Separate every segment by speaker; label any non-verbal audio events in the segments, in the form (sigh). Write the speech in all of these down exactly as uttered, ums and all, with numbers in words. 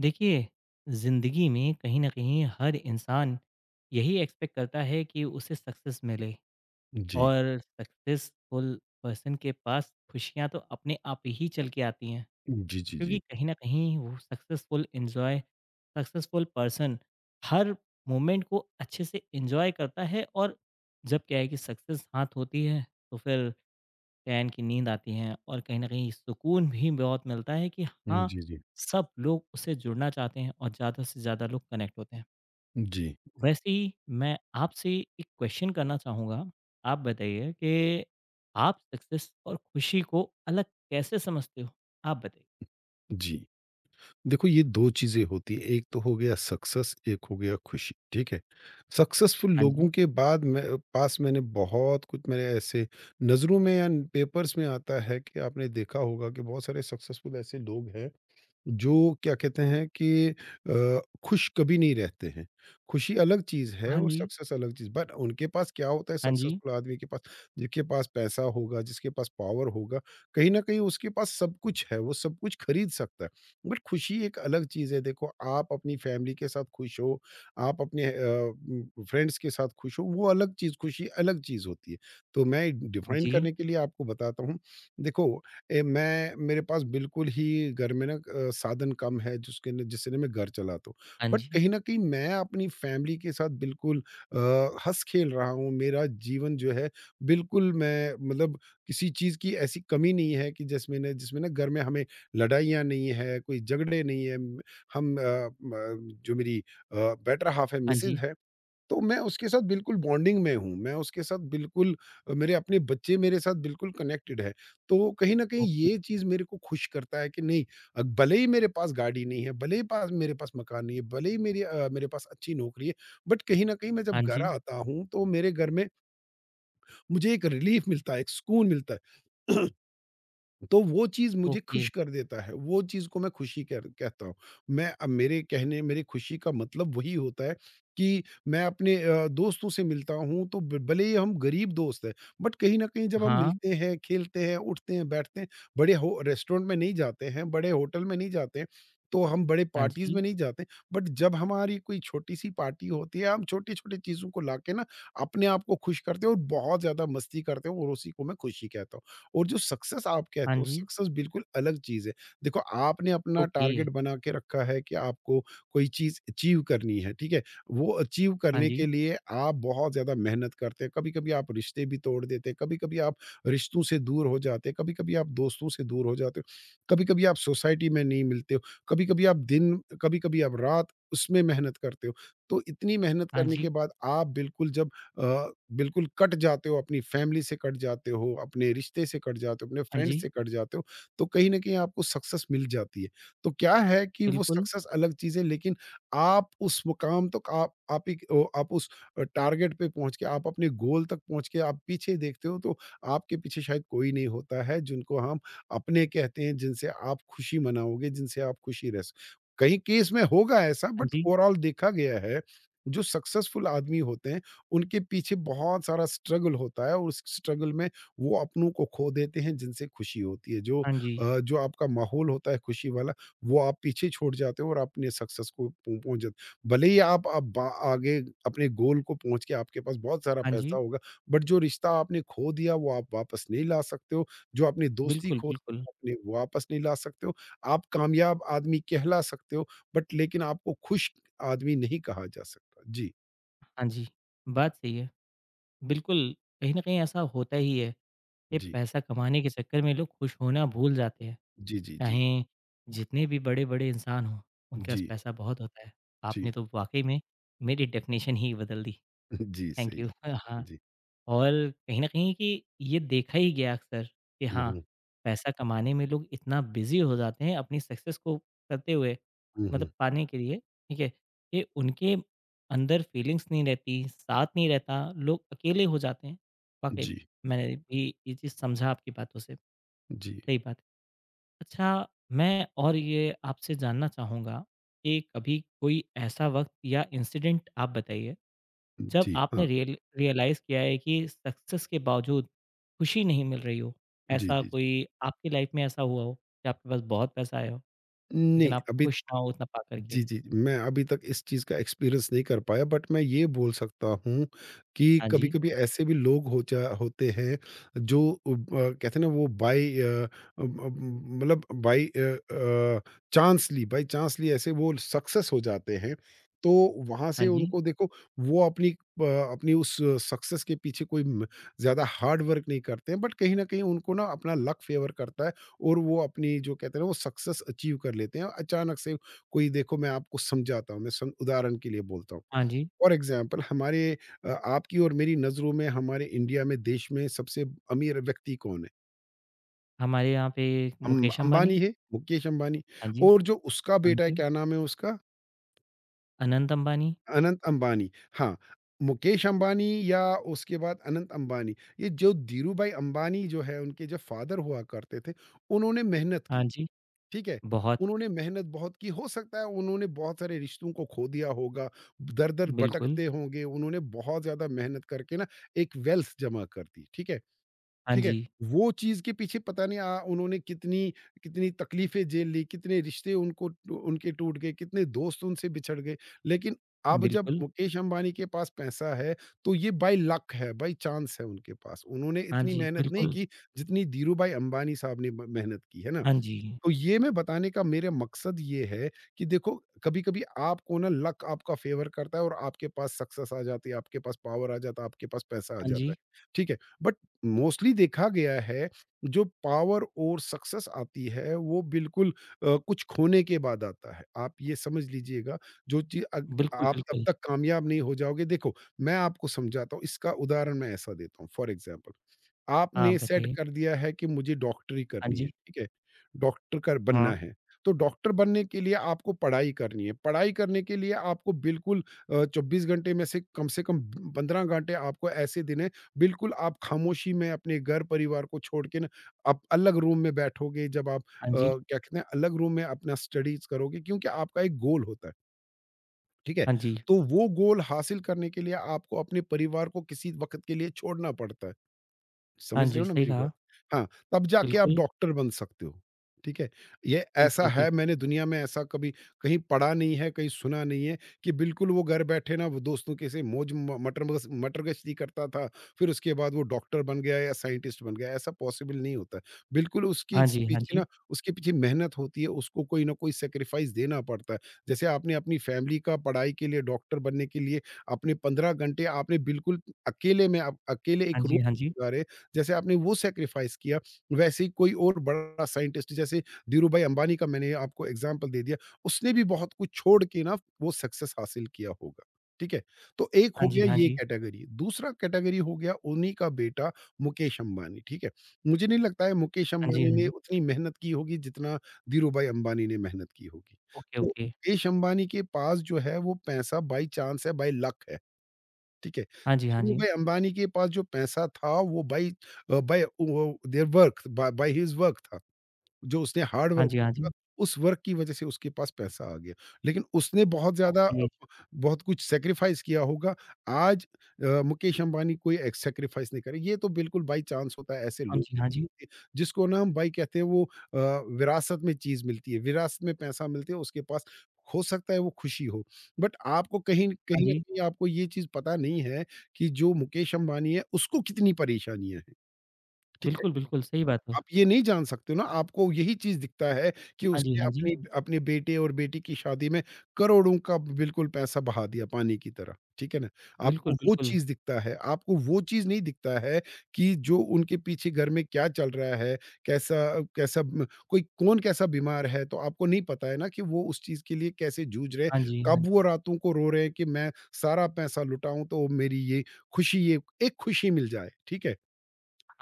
Speaker 1: देखिए, ज़िंदगी में कहीं ना कहीं हर इंसान यही एक्सपेक्ट करता है कि उसे सक्सेस मिले।
Speaker 2: जी।
Speaker 1: और सक्सेसफुल पर्सन के पास खुशियां तो अपने आप ही चल के आती हैं
Speaker 2: जी, जी,
Speaker 1: क्योंकि
Speaker 2: जी।
Speaker 1: कहीं ना कहीं वो सक्सेसफुल एंजॉय सक्सेसफुल पर्सन हर मोमेंट को अच्छे से एंजॉय करता है। और जब क्या है कि सक्सेस हाथ होती है तो फिर चैन की नींद आती है और कहीं न कहीं सुकून भी बहुत मिलता है कि
Speaker 2: हुँ,
Speaker 1: हाँ,
Speaker 2: जी, जी।
Speaker 1: सब लोग उससे जुड़ना चाहते हैं और ज़्यादा से ज़्यादा लोग कनेक्ट होते हैं।
Speaker 2: जी,
Speaker 1: वैसे ही मैं आपसे एक क्वेश्चन करना चाहूँगा। आप बताइए कि आप सक्सेस और खुशी को अलग कैसे समझते हो? आप बताइए?
Speaker 2: जी। देखो ये दो चीज़ें होती हैं, एक तो हो गया सक्सेस, एक हो गया खुशी, ठीक है? सक्सेसफुल
Speaker 1: हाँ जी।
Speaker 2: लोगों के बाद मैं पास मैंने बहुत कुछ मेरे ऐसे नज़रों में या पेपर्स में आता है कि आपने देखा होगा कि बहुत सारे सक्सेसफुल ऐसे लोग हैं जो क्या कहते हैं कि अ, खुश कभी नहीं रहते हैं। खुशी अलग चीज़ है
Speaker 1: हाँ
Speaker 2: और
Speaker 1: जी।
Speaker 2: सक्सेस अलग चीज़ बट उनके पास क्या होता है
Speaker 1: हाँ जी।
Speaker 2: सक्सेसफुल आदमी के पास, जिसके पास पैसा होगा, जिसके पास पावर होगा, कहीं न कहीं उसके पास सब कुछ है, वो सब कुछ खरीद सकता है। बट खुशी एक अलग चीज़ है, देखो आप अपनी फैमिली के साथ खुश हो, आप अपने अ, उम, फ्रेंड्स के साथ खुश हो, वो अलग चीज़ खुशी अलग चीज़ होती है। तो मैं
Speaker 1: हाँ
Speaker 2: डिफाइन
Speaker 1: जी।
Speaker 2: करने के लिए आपको बताता हूँ, देखो ए, मैं मेरे पास बिल्कुल ही घर में ना अ, साधन कम है जिसके न- जिससे ना मैं घर चलाता हूँ
Speaker 1: हाँ
Speaker 2: बट
Speaker 1: जी।
Speaker 2: कहीं ना कहीं मैं अपनी फैमिली के साथ बिल्कुल अ, हंस खेल रहा हूँ मेरा जीवन जो है बिल्कुल मैं मतलब किसी चीज़ की ऐसी कमी नहीं है कि जिसमें ना जिसमें ना घर में हमें लड़ाइयाँ नहीं है कोई झगड़े नहीं है हम अ, म- जो मेरी बेटर हाफ है
Speaker 1: हाँ
Speaker 2: मिसेज
Speaker 1: जी।
Speaker 2: है तो मैं उसके साथ बिल्कुल बॉन्डिंग में हूँ, मैं उसके साथ बिल्कुल अ, मेरे अपने बच्चे मेरे साथ बिल्कुल कनेक्टेड है। तो कहीं न कहीं
Speaker 1: ओके।
Speaker 2: ये चीज़ मेरे को खुश करता है कि नहीं अ, भले ही मेरे पास गाड़ी नहीं है, भले ही पास मेरे पास मकान नहीं है, भले ही मेरी अ, मेरे पास अच्छी नौकरी है, बट कहीं न कहीं मैं जब
Speaker 1: हाँ
Speaker 2: घर
Speaker 1: जी।
Speaker 2: आता हूँ, तो मेरे घर में मुझे एक रिलीफ़ मिलता है, एक सुकून मिलता है। (clears throat) तो वो चीज़ मुझे खुश
Speaker 1: ओके।
Speaker 2: कर देता है, वो चीज़ को मैं खुशी कह कहता हूँ। मैं अ, मेरे कहने मेरी खुशी का मतलब वही होता है कि मैं अपने अ, दोस्तों से मिलता हूँ तो ब भले ही हम गरीब दोस्त हैं, बट कहीं न कहीं जब हम
Speaker 1: हाँ।
Speaker 2: मिलते हैं, खेलते हैं, उठते हैं, बैठते हैं, बड़े हो रेस्टोरेंट में नहीं जाते हैं, बड़े होटल में नहीं जाते हैं, तो हम बड़े
Speaker 1: हाँ
Speaker 2: पार्टीज़ में
Speaker 1: जी।
Speaker 2: नहीं जाते, बट जब हमारी कोई छोटी-सी पार्टी होती है, हम छोटी-छोटी चीज़ों को लाके ना अपने आप को खुश करते हैं और बहुत ज़्यादा मस्ती करते हैं और उसी को मैं खुशी कहता हूँ। और जो सक्सेस आप
Speaker 1: हाँ
Speaker 2: कहते हो
Speaker 1: जी।
Speaker 2: सक्सेस बिल्कुल अलग चीज़ है। देखो आपने अपना
Speaker 1: ओके।
Speaker 2: टारगेट बना के रखा है कि आपको कोई चीज़ अचीव करनी है, ठीक है? वो अचीव
Speaker 1: हाँ
Speaker 2: करने के
Speaker 1: जी।
Speaker 2: लिए आप बहुत ज़्यादा मेहनत करते हैं, कभी-कभी आप रिश्ते भी तोड़ देते हैं, कभी-कभी आप रिश्तों से दूर हो जाते हैं, कभी-कभी आप दोस्तों से दूर हो जाते हो, कभी-कभी आप सोसाइटी में नहीं मिलते हो, कभी-कभी आप दिन कभी-कभी आप रात उसमें मेहनत करते हो। तो इतनी मेहनत
Speaker 1: हाँ
Speaker 2: करने के
Speaker 1: जी।
Speaker 2: बाद आप बिल्कुल जब अ, बिल्कुल कट जाते हो, अपनी फैमिली से कट जाते हो, अपने रिश्ते से कट जाते हो, अपने
Speaker 1: हाँ
Speaker 2: फ्रेंड
Speaker 1: जी।
Speaker 2: से कट जाते हो, तो कहीं न कहीं आपको सक्सेस मिल जाती है। तो क्या है कि वो
Speaker 1: बिल्कुल।
Speaker 2: सक्सेस अलग चीज़ है लेकिन आप उस मुकाम तक आप आप एक ओ आप उस अ, टारगेट पे पहुँच के, आप अपने गोल तक पहुँच के आप पीछे देखते हो तो आपके पीछे शायद कोई नहीं होता है जिनको हम अपने कहते हैं, जिनसे आप खुशी मनाओगे, जिनसे आप खुशी रह स कई केस में होगा ऐसा
Speaker 1: हाँ
Speaker 2: बट
Speaker 1: जी।
Speaker 2: ओवरऑल देखा गया है, जो सक्सेसफुल आदमी होते हैं, उनके पीछे बहुत सारा स्ट्रगल होता है और उस स्ट्रगल में वो अपनों को खो देते हैं जिनसे खुशी होती है जो
Speaker 1: हाँ जी।
Speaker 2: अ, जो आपका माहौल होता है खुशी वाला वो आप पीछे छोड़ जाते हो और अपने सक्सेस को पहुं- पहुंच जाते भले ही आप, आप बा- आगे अपने गोल को पहुंच के आपके पास बहुत सारा
Speaker 1: हाँ
Speaker 2: पैसा
Speaker 1: जी,
Speaker 2: होगा बट जो रिश्ता आपने खो दिया वो आप वापस नहीं ला सकते हो जो अपनी दोस्ती
Speaker 1: बिल्कुल,
Speaker 2: खो
Speaker 1: बिल्कुल।
Speaker 2: अपने वो वापस नहीं ला सकते हो आप कामयाब आदमी कहला सकते हो बट लेकिन आपको खुश आदमी नहीं कहा जा सकता जी
Speaker 1: हाँ जी, बात सही है। बिल्कुल, कहीं न कहीं ऐसा होता ही है, ये
Speaker 2: जी
Speaker 1: पैसा कमाने के चक्कर में लोग खुश होना भूल जाते हैं।
Speaker 2: जी जी जी
Speaker 1: चाहे जितने भी बड़े-बड़े इंसान हों, उनके पास
Speaker 2: जी,
Speaker 1: पैसा बहुत होता है।
Speaker 2: जी,
Speaker 1: आपने तो वाक़ई में मेरी डेफ़िनेशन ही बदल दी।
Speaker 2: (laughs) जी,
Speaker 1: थैंक
Speaker 2: सही।
Speaker 1: यू। (laughs) हाँ।
Speaker 2: जी।
Speaker 1: और कहीं न कहीं कि ये देखा ही गया अक्सर कि
Speaker 2: हुँ,
Speaker 1: हाँ,
Speaker 2: हुँ,
Speaker 1: पैसा कमाने में लोग इतना बिज़ी हो जाते हैं अपनी सक्सेस को करते हुए
Speaker 2: हुँ,
Speaker 1: मतलब
Speaker 2: हुँ।
Speaker 1: पाने के लिए, ठीक है? कि उनके अंदर फीलिंग्स नहीं रहती, साथ नहीं रहता, लोग अकेले हो जाते हैं। वाक़ई में,
Speaker 2: जी,
Speaker 1: मैंने भी ये चीज़ समझा आपकी बातों से,
Speaker 2: जी,
Speaker 1: सही बात है। अच्छा, मैं और ये आपसे जानना चाहूँगा कि कभी कोई ऐसा वक़्त या इंसिडेंट आप बताइए जब
Speaker 2: जी, हाँ।
Speaker 1: आपने रियल रियलाइज़ किया है कि सक्सेस के बावजूद खुशी नहीं मिल रही हो,
Speaker 2: जी,
Speaker 1: ऐसा
Speaker 2: जी, जी।
Speaker 1: कोई आपकी लाइफ़ में ऐसा हुआ हो कि आपके पास बहुत पैसा आया हो, लेकिन
Speaker 2: नहीं,
Speaker 1: आप
Speaker 2: अभी
Speaker 1: खुश ना हो उतना पा कर
Speaker 2: जी,
Speaker 1: के?
Speaker 2: जी। मैं अभी तक इस चीज़ का एक्सपीरियंस नहीं कर पाया बट मैं ये बोल सकता हूँ कि
Speaker 1: हाँ जी,
Speaker 2: कभी-कभी ऐसे भी लोग हो जा होते हैं जो उब अ, कहते हैं ना वो बाय अ, अम अम, मतलब बाय अ अ, चांसली बाय चांसली ऐसे वो सक्सेस हो जाते हैं। तो वहाँ से
Speaker 1: हाँ जी,
Speaker 2: उनको देखो वो अपनी अ, अपनी उस सक्सेस के पीछे कोई म ज़्यादा हार्ड वर्क नहीं करते हैं बट कहीं न कहीं उनको ना अपना लक फ़ेवर करता है और वो अपनी जो कहते हैं ना वो सक्सेस अचीव कर लेते हैं। अचानक से कोई देखो मैं आपको समझाता हूँ, मैं सम उदाहरण के लिए बोलता हूँ।
Speaker 1: हाँ जी।
Speaker 2: फॉर एग्ज़ाम्पल हमारे अ, आपकी और मेरी नज़रों में हमारे इंडिया में देश में सबसे अमीर व्यक्ति कौन है?
Speaker 1: हमारे यहाँ पे
Speaker 2: अम
Speaker 1: मुकेश
Speaker 2: अंबानी
Speaker 1: अंबानी,
Speaker 2: है, मुकेश अंबानी
Speaker 1: हाँ जी,
Speaker 2: और जो उसका
Speaker 1: हाँ
Speaker 2: बेटा है,
Speaker 1: जी,
Speaker 2: क्या नाम है उसका?
Speaker 1: अनंत अंबानी,
Speaker 2: अनंत अंबानी। हाँ, मुकेश अंबानी या उसके बाद अनंत अंबानी, ये जो धीरूभाई अंबानी जो है, उनके जो फ़ादर हुआ करते थे, उन्होंने मेहनत
Speaker 1: हाँ
Speaker 2: की।
Speaker 1: जी,
Speaker 2: ठीक है?
Speaker 1: बहुत
Speaker 2: उन्होंने मेहनत बहुत की, हो सकता है उन्होंने बहुत सारे रिश्तों को खो दिया होगा, दर-दर
Speaker 1: बिल्कुल,
Speaker 2: भटकते होंगे, उन्होंने बहुत ज़्यादा मेहनत करके ना एक वेल्थ जमा कर दी, ठीक है?
Speaker 1: हाँ
Speaker 2: ठीक है?
Speaker 1: जी,
Speaker 2: वो चीज़ के पीछे पता नहीं अ, उन्होंने कितनी कितनी तकलीफ़ें झेल ली, कितने रिश्ते उनको उनके टूट गए, कितने दोस्त उनसे बिछड़ गए। लेकिन अब जब
Speaker 1: बिल्कुल,
Speaker 2: मुकेश अंबानी के पास पैसा है, तो ये बाय लक है, बाय चांस है उनके पास। उन्होंने
Speaker 1: हाँ
Speaker 2: इतनी
Speaker 1: जी,
Speaker 2: मेहनत नहीं
Speaker 1: बिल्कुल,
Speaker 2: की, जितनी धीरूभाई अंबानी साहब ने म मेहनत की, है ना?
Speaker 1: हाँ जी,
Speaker 2: तो ये मैं बताने का मेरा मकसद ये है कि देखो कभी-कभी आपको ना लक आपका फ़ेवर करता है और आपके पास सक्सेस आ जाती है, आपके पास पावर आ जाता है, आपके पास पैसा आ
Speaker 1: हाँ
Speaker 2: जाता
Speaker 1: जी,
Speaker 2: है। ठीक है? बट मोस्टली देखा गया है जो पावर और सक्सेस आती है वो बिल्कुल अ, कुछ खोने के बाद आता है। आप ये समझ लीजिएगा जो चीज़ अग
Speaker 1: बिल्कुल,
Speaker 2: आप तब
Speaker 1: बिल्कुल।
Speaker 2: तक कामयाब नहीं हो जाओगे देखो मैं आपको समझाता हूँ इसका उदाहरण मैं ऐसा देता हूँ फॉर एग्ज़ाम्पल
Speaker 1: हाँ,
Speaker 2: आपने सेट
Speaker 1: बताइए?
Speaker 2: कर दिया है कि मुझे डॉक्टरी
Speaker 1: हाँ
Speaker 2: करनी है,
Speaker 1: जी,
Speaker 2: ठीक है? डॉक्टर कर
Speaker 1: हाँ,
Speaker 2: बनना है। तो डॉक्टर बनने के लिए आपको पढ़ाई करनी है। पढ़ाई करने के लिए आपको बिल्कुल अ, चौबीस घंटे में से कम से कम पंद्रह घंटे आपको ऐसे दिन हैं, बिल्कुल आप खामोशी में अपने घर-परिवार को छोड़ के ना, आप अलग रूम में बैठोगे, जब आप अ,
Speaker 1: हाँ जी,
Speaker 2: क्या कहते हैं, अलग रूम में अपना स्टडीज़ करोगे क्योंकि आपका एक गोल होता है, ठीक है?
Speaker 1: हाँ जी,
Speaker 2: तो वो गोल हासिल करने के लिए आपको अपने परिवार को किसी वक़्त के लिए छोड़ना पड़ता है।
Speaker 1: हाँ
Speaker 2: समझ रहे
Speaker 1: जी,
Speaker 2: हो ना
Speaker 1: सही
Speaker 2: मेरी बात?
Speaker 1: कहा,
Speaker 2: हाँ, तब जाके आप
Speaker 1: बिल्कुल।
Speaker 2: डॉक्टर बन सकते हो, ठीक है? ये ऐसा
Speaker 1: बिल्कुल,
Speaker 2: है
Speaker 1: बिल्कुल।
Speaker 2: मैंने दुनिया में ऐसा कभी कहीं पढ़ा नहीं है, कहीं सुना नहीं है कि बिल्कुल वो घर बैठे ना वो दोस्तों के से मौज म मटर मगस मटर गश्ती करता था, फिर उसके बाद वो डॉक्टर बन गया या साइंटिस्ट बन गया, ऐसा पॉसिबल नहीं होता है। बिल्कुल उसकी
Speaker 1: हाँ
Speaker 2: इस
Speaker 1: जी, हाँ
Speaker 2: पीछे ना
Speaker 1: जी।
Speaker 2: उसके पीछे मेहनत होती है, उसको कोई ना कोई सैक्रिफाइस देना पड़ता है। जैसे आपने अपनी फैमिली का पढ़ाई के लिए, डॉक्टर बनने के लिए अपने पंद्रह घंटे आपने बिल्कुल अकेले में आप अकेले एक
Speaker 1: हाँ
Speaker 2: रूम
Speaker 1: जी, हाँ जी।
Speaker 2: जैसे आपने वो सैक्रिफाइस किया वैसे ही कोई और बड़ा साइंटिस्ट जैसे धीरू भाई अंबानी का मैंने आपको एग्जाम्पल दे दिया उसने भी बहुत कुछ छोड़ के ना वो सक्सेस हासिल किया होगा ठीक है तो एक हो
Speaker 1: हाँ जी,
Speaker 2: गया
Speaker 1: हाँ
Speaker 2: ये
Speaker 1: जी।
Speaker 2: कैटेगरी दूसरा कैटेगरी हो गया उन्हीं का बेटा मुकेश अंबानी ठीक है मुझे नहीं लगता है मुकेश
Speaker 1: हाँ जी,
Speaker 2: अंबानी
Speaker 1: हाँ
Speaker 2: ने
Speaker 1: जी।
Speaker 2: उतनी मेहनत की होगी जितना धीरू भाई अंबानी ने मेहनत की होगी
Speaker 1: ओके,
Speaker 2: तो
Speaker 1: ओके।
Speaker 2: मुकेश अंबानी के पास जो है वो पैसा बाई चांस है बाई लक है ठीक है।
Speaker 1: हाँ जी, हाँ
Speaker 2: धीरू
Speaker 1: जी।
Speaker 2: भाई अंबानी के पास जो पैसा था वो बाई अ, बाय वो देयर वर्क बा बाय हिज़ वर्क था। जो उसने हार्ड
Speaker 1: हाँ
Speaker 2: वर्क
Speaker 1: जी, हाँ
Speaker 2: किया था,
Speaker 1: जी।
Speaker 2: उस वर्क की वज़ह से उसके पास पैसा आ गया। लेकिन उसने बहुत ज़्यादा
Speaker 1: ओके।
Speaker 2: बहुत कुछ सैक्रिफ़ाइस किया होगा। आज अ, मुकेश अंबानी कोई एक सैक्रिफ़ाइस नहीं करे। ये तो बिल्कुल बाय चांस होता है ऐसे
Speaker 1: हाँ
Speaker 2: लोगों
Speaker 1: जी,
Speaker 2: को
Speaker 1: हाँ
Speaker 2: मिलती
Speaker 1: जी।
Speaker 2: है, जिसको ना हम भाई कहते हैं वो अ, विरासत में चीज़ मिलती है, विरासत में पैसा मिलते है उसके पास हो सकता है वो खुशी हो। बट आपको कहीं
Speaker 1: हाँ
Speaker 2: कहीं न
Speaker 1: जी।
Speaker 2: कहीं आपको ये चीज़ पता नहीं है कि जो मुकेश अंबानी है उसको कितनी परेशानियाँ हैं। ठीक है?
Speaker 1: बिल्कुल, बिल्कुल, सही बात है।
Speaker 2: आप ये नहीं जान सकते हो ना, आपको यही चीज़ दिखता है कि
Speaker 1: हाँ जी,
Speaker 2: उसने
Speaker 1: हाँ जी।
Speaker 2: अपनी अपने बेटे और बेटी की शादी में करोड़ों का बिल्कुल पैसा बहा दिया पानी की तरह, ठीक है ना?
Speaker 1: बिल्कुल,
Speaker 2: आपको वो
Speaker 1: बिल्कुल।
Speaker 2: चीज़ दिखता है, आपको वो चीज़ नहीं दिखता है कि जो उनके पीछे घर में क्या चल रहा है, कैसा कैसा म कोई कौन कैसा बीमार है, तो आपको नहीं पता है ना कि वो उस चीज़ के लिए कैसे जूझ रहे हैं,
Speaker 1: हाँ जी, हाँ
Speaker 2: कब वो
Speaker 1: जी।
Speaker 2: रातों को रो रहे हैं कि मैं सारा पैसा लुटाऊँ तो मेरी ये खुशी ये एक खुशी मिल जाए, ठीक है?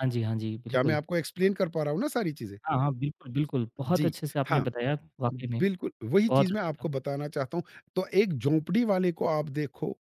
Speaker 1: हाँ जी, हाँ जी,
Speaker 2: क्या मैं
Speaker 1: बिल्कुल।
Speaker 2: आपको एक्सप्लेन कर पा रहा हूँ ना सारी चीज़ें?
Speaker 1: हाँ, हाँ, बिल्कुल, बिल्कुल। बहुत
Speaker 2: जी,
Speaker 1: अच्छे से आपने
Speaker 2: हाँ,
Speaker 1: बताया वाक़ई में,
Speaker 2: बिल्कुल वही
Speaker 1: बहुत
Speaker 2: चीज़ मैं
Speaker 1: अच्छा था।
Speaker 2: आपको बताना चाहता हूँ। तो एक झोंपड़ी वाले को आप देखो,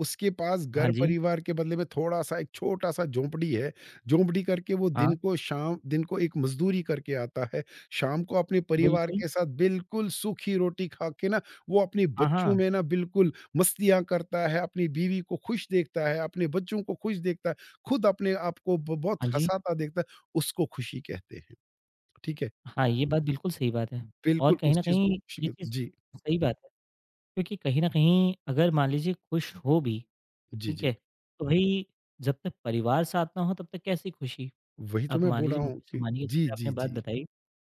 Speaker 2: उसके पास
Speaker 1: हाँ जी,
Speaker 2: घर-परिवार के बदले में थोड़ा-सा एक छोटा-सा झोंपड़ी है। झोंपड़ी करके वो
Speaker 1: हाँ,
Speaker 2: दिन को शाम दिन को एक मज़दूरी करके आता है, शाम को अपने परिवार
Speaker 1: बिल्कुल।
Speaker 2: के साथ बिल्कुल सूखी रोटी खा के ना, वो अपने
Speaker 1: हाँ,
Speaker 2: बच्चों
Speaker 1: हाँ।
Speaker 2: में ना बिल्कुल मस्तियाँ करता है, अपनी बीवी को खुश देखता है, अपने बच्चों को खुश देखता है, खुद अपने आप को ब बहुत
Speaker 1: हाँ जी।
Speaker 2: हँसाता देखता है, उसको खुशी कहते हैं। ठीक है?
Speaker 1: हाँ, ये बात बिल्कुल सही बात है। और
Speaker 2: बिल्कुल
Speaker 1: कहीं
Speaker 2: उस
Speaker 1: न
Speaker 2: चीज़ को
Speaker 1: कहीं
Speaker 2: खुशी
Speaker 1: ये
Speaker 2: के
Speaker 1: चीज़
Speaker 2: जी,
Speaker 1: सही बात है क्योंकि कहीं न कहीं अगर मान लीजिए खुश हो भी
Speaker 2: जी,
Speaker 1: ठीक
Speaker 2: जी।
Speaker 1: है? तो भाई जब तक परिवार साथ ना हो तब तक कैसी खुशी?
Speaker 2: वही तो
Speaker 1: अब
Speaker 2: मैं
Speaker 1: मान
Speaker 2: बोल रहा
Speaker 1: लीजिए
Speaker 2: हूँ
Speaker 1: मुकेश
Speaker 2: कि
Speaker 1: अंबानी की
Speaker 2: जी,
Speaker 1: जैसे आपने
Speaker 2: जी,
Speaker 1: बात
Speaker 2: जी।
Speaker 1: बताई,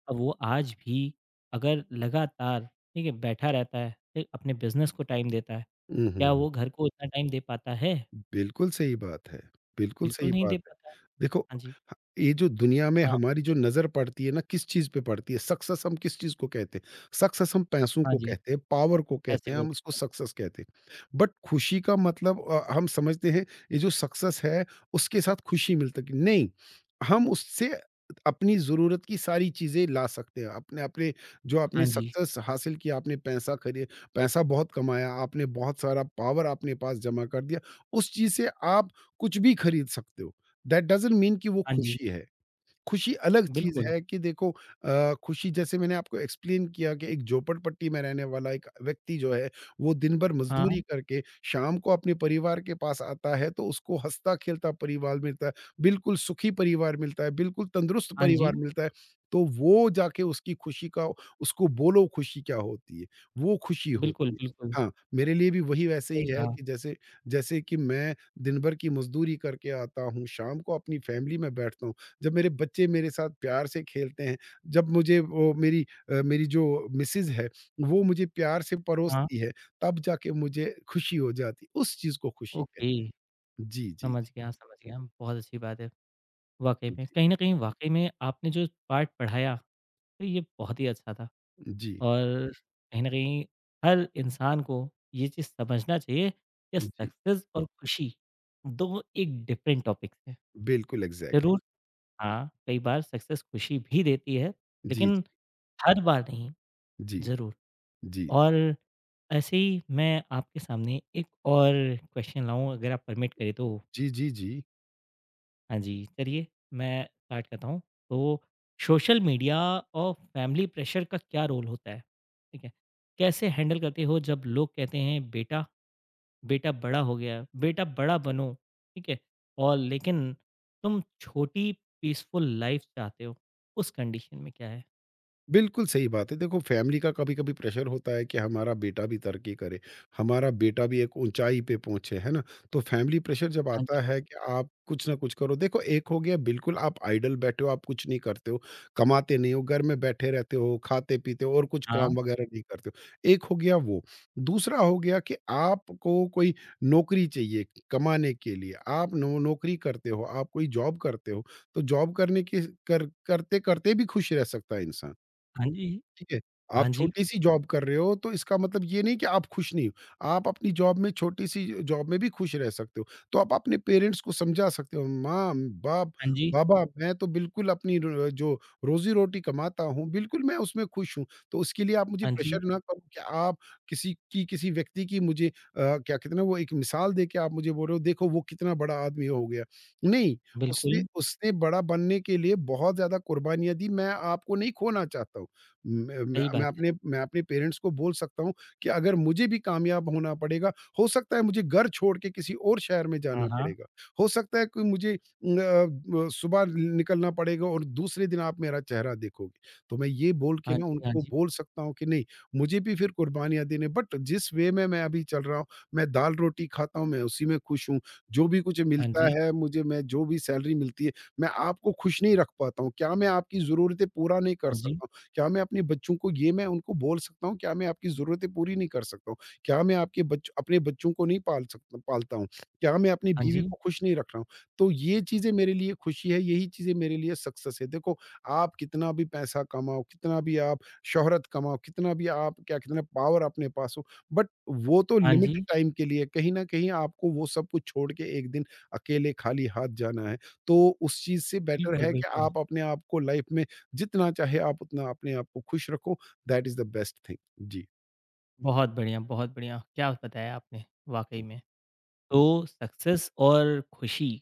Speaker 1: अब वो आज भी अगर लगातार, ठीक है, बैठा रहता है, फिर अपने बिज़नेस को टाइम देता है,
Speaker 2: हुँ, हुँ,
Speaker 1: क्या
Speaker 2: हुँ।
Speaker 1: वो घर को उतना टाइम दे पाता है?
Speaker 2: बिल्कुल सही बात है, बिल्कुल
Speaker 1: बिल्कुल
Speaker 2: सही
Speaker 1: नहीं
Speaker 2: बात
Speaker 1: दे
Speaker 2: है।
Speaker 1: पाता।
Speaker 2: देखो,
Speaker 1: हाँ जी,
Speaker 2: ह ये जो दुनिया में
Speaker 1: हाँ,
Speaker 2: हमारी जो
Speaker 1: बताइए।
Speaker 2: नज़र पड़ती है ना, किस चीज़ पे पड़ती है? सक्सेस हम किस चीज़ को कहते हैं? सक्सेस हम पैसों
Speaker 1: हाँ
Speaker 2: को
Speaker 1: जी,
Speaker 2: कहते हैं, पावर को कहते
Speaker 1: पैसे
Speaker 2: हैं,
Speaker 1: को
Speaker 2: हम उसको
Speaker 1: कहते हैं।
Speaker 2: सक्सेस कहते हैं। बट खुशी का मतलब अ, हम समझते हैं ये जो सक्सेस है, उसके साथ खुशी मिल तक नहीं, हम उससे अपनी ज़रूरत की सारी चीज़ें ला सकते हैं। अपने अपने जो आपने
Speaker 1: हाँ जी,
Speaker 2: सक्सेस हासिल किया, आपने पैसा खरी पैसा बहुत कमाया, आपने बहुत सारा पावर अपने पास जमा कर दिया, उस चीज़ से आप कुछ भी खरीद सकते हो। दैट डज़न्ट मीन कि वो
Speaker 1: हाँ जी,
Speaker 2: खुशी है। खुशी अलग चीज़
Speaker 1: बिल्कुल।
Speaker 2: है कि देखो अ, खुशी जैसे मैंने आपको एक्सप्लेन किया कि एक झोपड़पट्टी में रहने वाला एक व्यक्ति जो है, वो दिन भर
Speaker 1: हाँ,
Speaker 2: मज़दूरी करके शाम को अपने परिवार के पास आता है, तो उसको हँसता-खेलता परिवार मिलता है, बिल्कुल सुखी परिवार मिलता है, बिल्कुल तंदुरुस्त
Speaker 1: हाँ जी,
Speaker 2: परिवार मिलता है। तो वो जाके उसकी खुशी का उसको बोलो खुशी क्या होती है, वो खुशी
Speaker 1: बिल्कुल,
Speaker 2: होती है।
Speaker 1: बिल्कुल,
Speaker 2: हाँ, मेरे लिए भी वही वैसे ही
Speaker 1: सही
Speaker 2: है
Speaker 1: कहा।
Speaker 2: कि जैसे जैसे कि मैं दिन भर की मज़दूरी करके आता हूँ, शाम को अपनी फैमिली में बैठता हूँ, जब मेरे बच्चे मेरे साथ प्यार से खेलते हैं, जब मुझे वो मेरी अ, मेरी जो मिसेज़ है, वो मुझे प्यार से
Speaker 1: हाँ,
Speaker 2: परोसती है, तब जाके मुझे खुशी हो जाती है। उस चीज़ को खुशी कहते
Speaker 1: ओके,
Speaker 2: हैं। जी, जी, जी,
Speaker 1: समझ गया, समझ गया। बहुत अच्छी बात है। वाक़ई में,
Speaker 2: जी,
Speaker 1: कहीं न कहीं वाक़ई में आपने जो पार्ट पढ़ाया, तो ये बहुत ही अच्छा था।
Speaker 2: जी,
Speaker 1: और कहीं न कहीं हर इंसान को ये चीज़ समझना चाहिए कि
Speaker 2: जी,
Speaker 1: सक्सेस और खुशी, दोनों एक डिफरेंट टॉपिक्स हैं।
Speaker 2: बिल्कुल एग्ज़ैक्टली।
Speaker 1: ज़रूर। हाँ, कई बार सक्सेस खुशी भी देती है,
Speaker 2: जी, जी,
Speaker 1: लेकिन हर बार नहीं,
Speaker 2: जी,
Speaker 1: ज़रूर।
Speaker 2: जी,
Speaker 1: और ऐसे ही मैं आपके सामने एक और क्वेश्चन लाऊँ अगर आप परमिट करें तो?
Speaker 2: जी, जी, जी।
Speaker 1: हाँ जी, चलिए मैं स्टार्ट करता हूँ। तो सोशल मीडिया और फैमिली प्रेशर का क्या रोल होता है? ठीक है। कैसे हैंडल करते हो जब लोग कहते हैं बेटा, बेटा बड़ा हो गया, बेटा बड़ा बनो, ठीक है? और लेकिन तुम छोटी पीसफुल लाइफ चाहते हो, उस कंडीशन में क्या है?
Speaker 2: बिल्कुल सही बात है। देखो फैमिली का कभी-कभी प्रेशर होता है कि हमारा बेटा भी तरक्की करे, हमारा बेटा भी एक ऊँचाई पे पहुँचे, है ना? तो फैमिली प्रेशर जब
Speaker 1: हाँ
Speaker 2: आता
Speaker 1: जी,
Speaker 2: है कि आप कुछ न कुछ करो देखो एक हो गया बिल्कुल आप आइडल बैठे हो, आप कुछ नहीं करते हो, कमाते नहीं हो, घर में बैठे रहते हो, खाते-पीते हो और कुछ
Speaker 1: हाँ,
Speaker 2: काम वगैरह नहीं करते हो। एक हो गया वो। दूसरा हो गया कि आपको कोई नौकरी चाहिए कमाने के लिए, आप नो नौकरी करते हो, आप कोई जॉब करते हो, तो जॉब करने के कर करते-करते भी खुश रह सकता है इंसान।
Speaker 1: हाँ जी,
Speaker 2: ठीक है? आप
Speaker 1: हाँ जी,
Speaker 2: छोटी-सी जॉब कर रहे हो, तो इसका मतलब ये नहीं कि आप खुश नहीं हो। आप अपनी जॉब में छोटी-सी जॉब में भी खुश रह सकते हो। तो आप अपने पेरेंट्स को समझा सकते हो, "माँ, बाप
Speaker 1: हाँ जी,
Speaker 2: बाबा, मैं तो बिल्कुल अपनी र जो रोज़ी-रोटी कमाता हूँ, बिल्कुल मैं उसमें खुश हूँ। तो उसके लिए आप मुझे
Speaker 1: हाँ जी,
Speaker 2: प्रेशर ना करो कि आप किसी की किसी व्यक्ति की मुझे अ, क्या कहते हैं ना, वो एक मिसाल दे के आप मुझे बोल रहे हो, देखो वो कितना बड़ा आदमी हो गया। नहीं, उसने
Speaker 1: बिल्कुल,
Speaker 2: उसने बड़ा बनने के लिए बहुत ज़्यादा कुर्बानियाँ दी, मैं आपको नहीं खोना चाहता हूँ। मैं मैं
Speaker 1: सही
Speaker 2: मैं
Speaker 1: बात है।
Speaker 2: अपने मैं अपने पेरेंट्स को बोल सकता हूँ कि अगर मुझे भी कामयाब होना पड़ेगा, हो सकता है मुझे घर छोड़ के किसी और शहर में
Speaker 1: हाँ,
Speaker 2: जाना
Speaker 1: हाँ,
Speaker 2: पड़ेगा। हो सकता है कि मुझे न अ, ब सुबह निकलना पड़ेगा और दूसरे दिन आप मेरा चेहरा देखोगे। तो मैं ये बोल के
Speaker 1: हाँ
Speaker 2: ना
Speaker 1: जी, हाँ
Speaker 2: उनको
Speaker 1: जी,
Speaker 2: बोल सकता हूँ कि नहीं, मुझे भी फिर कुर्बानियाँ देने बट जिस वे में मैं अभी चल रहा हूँ, मैं दाल-रोटी खाता हूँ, मैं उसी में खुश हूँ। जो भी कुछ
Speaker 1: हाँ
Speaker 2: मिलता
Speaker 1: जी,
Speaker 2: है मुझे मैं जो भी सैलरी मिलती है, मैं आपको खुश नहीं रख पाता हूँ। क्या मैं आपकी ज़रूरतें पूरा नहीं कर
Speaker 1: हाँ जी,
Speaker 2: सकता? क्या मैं अपने बच्चों को ये मैं उनको बोल सकता हूँ? क्या मैं आपकी ज़रूरतें पूरी नहीं कर सकता हूँ? क्या मैं आपके बच अपने बच्चों को नहीं पाल सकता पालता हूँ? क्या मैं अपनी
Speaker 1: हाँ
Speaker 2: बीवी
Speaker 1: जी,
Speaker 2: को खुश नहीं रख रहा हूँ? तो ये चीज़ें मेरे लिए खुशी है, यही चीज़ें मेरे लिए सक्सेस है। देखो, आप कितना भी पैसा कमाओ, कितना भी आप शोहरत कमाओ, कितना भी आप क्या कितना पावर अपने पास हो, बट वो तो
Speaker 1: हाँ जी,
Speaker 2: लिमिटेड टाइम के लिए है। कहीं न कहीं आपको वो सब कुछ छोड़ के एक दिन अकेले खाली हाथ जाना है। तो उस चीज़ से बेटर
Speaker 1: बिल्कुल,
Speaker 2: है कि
Speaker 1: बिल्कुल।
Speaker 2: आप अपने आप को लाइफ़ में जितना चाहे आप उतना अपने आप को खुश रखो, that is the best thing. जी।
Speaker 1: बहुत बढ़िया, बहुत बढ़िया। क्या बताया आपने वाक़ई में। तो सक्सेस और खुशी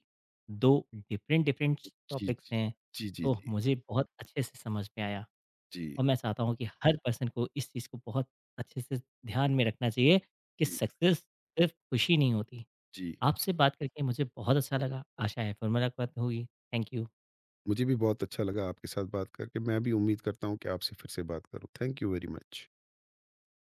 Speaker 1: दो डिफरेंट डिफरेंट
Speaker 2: जी,
Speaker 1: टॉपिक्स
Speaker 2: जी।
Speaker 1: हैं,
Speaker 2: जी, जी,
Speaker 1: तो
Speaker 2: जी।
Speaker 1: मुझे बहुत अच्छे से समझ में आया
Speaker 2: जी,
Speaker 1: और मैं चाहता हूँ कि हर पर्सन को इस चीज़ को बहुत अच्छे से ध्यान में रखना चाहिए कि
Speaker 2: जी,
Speaker 1: सक्सेस सिर्फ़ खुशी नहीं होती।
Speaker 2: जी।
Speaker 1: आपसे बात करके मुझे बहुत अच्छा लगा। आशा है फिर मुलाकात होगी। Thank you.
Speaker 2: मुझे भी बहुत अच्छा लगा आपके साथ बात करके। मैं भी उम्मीद करता हूँ कि आपसे फिर से बात करूँ। Thank you very much.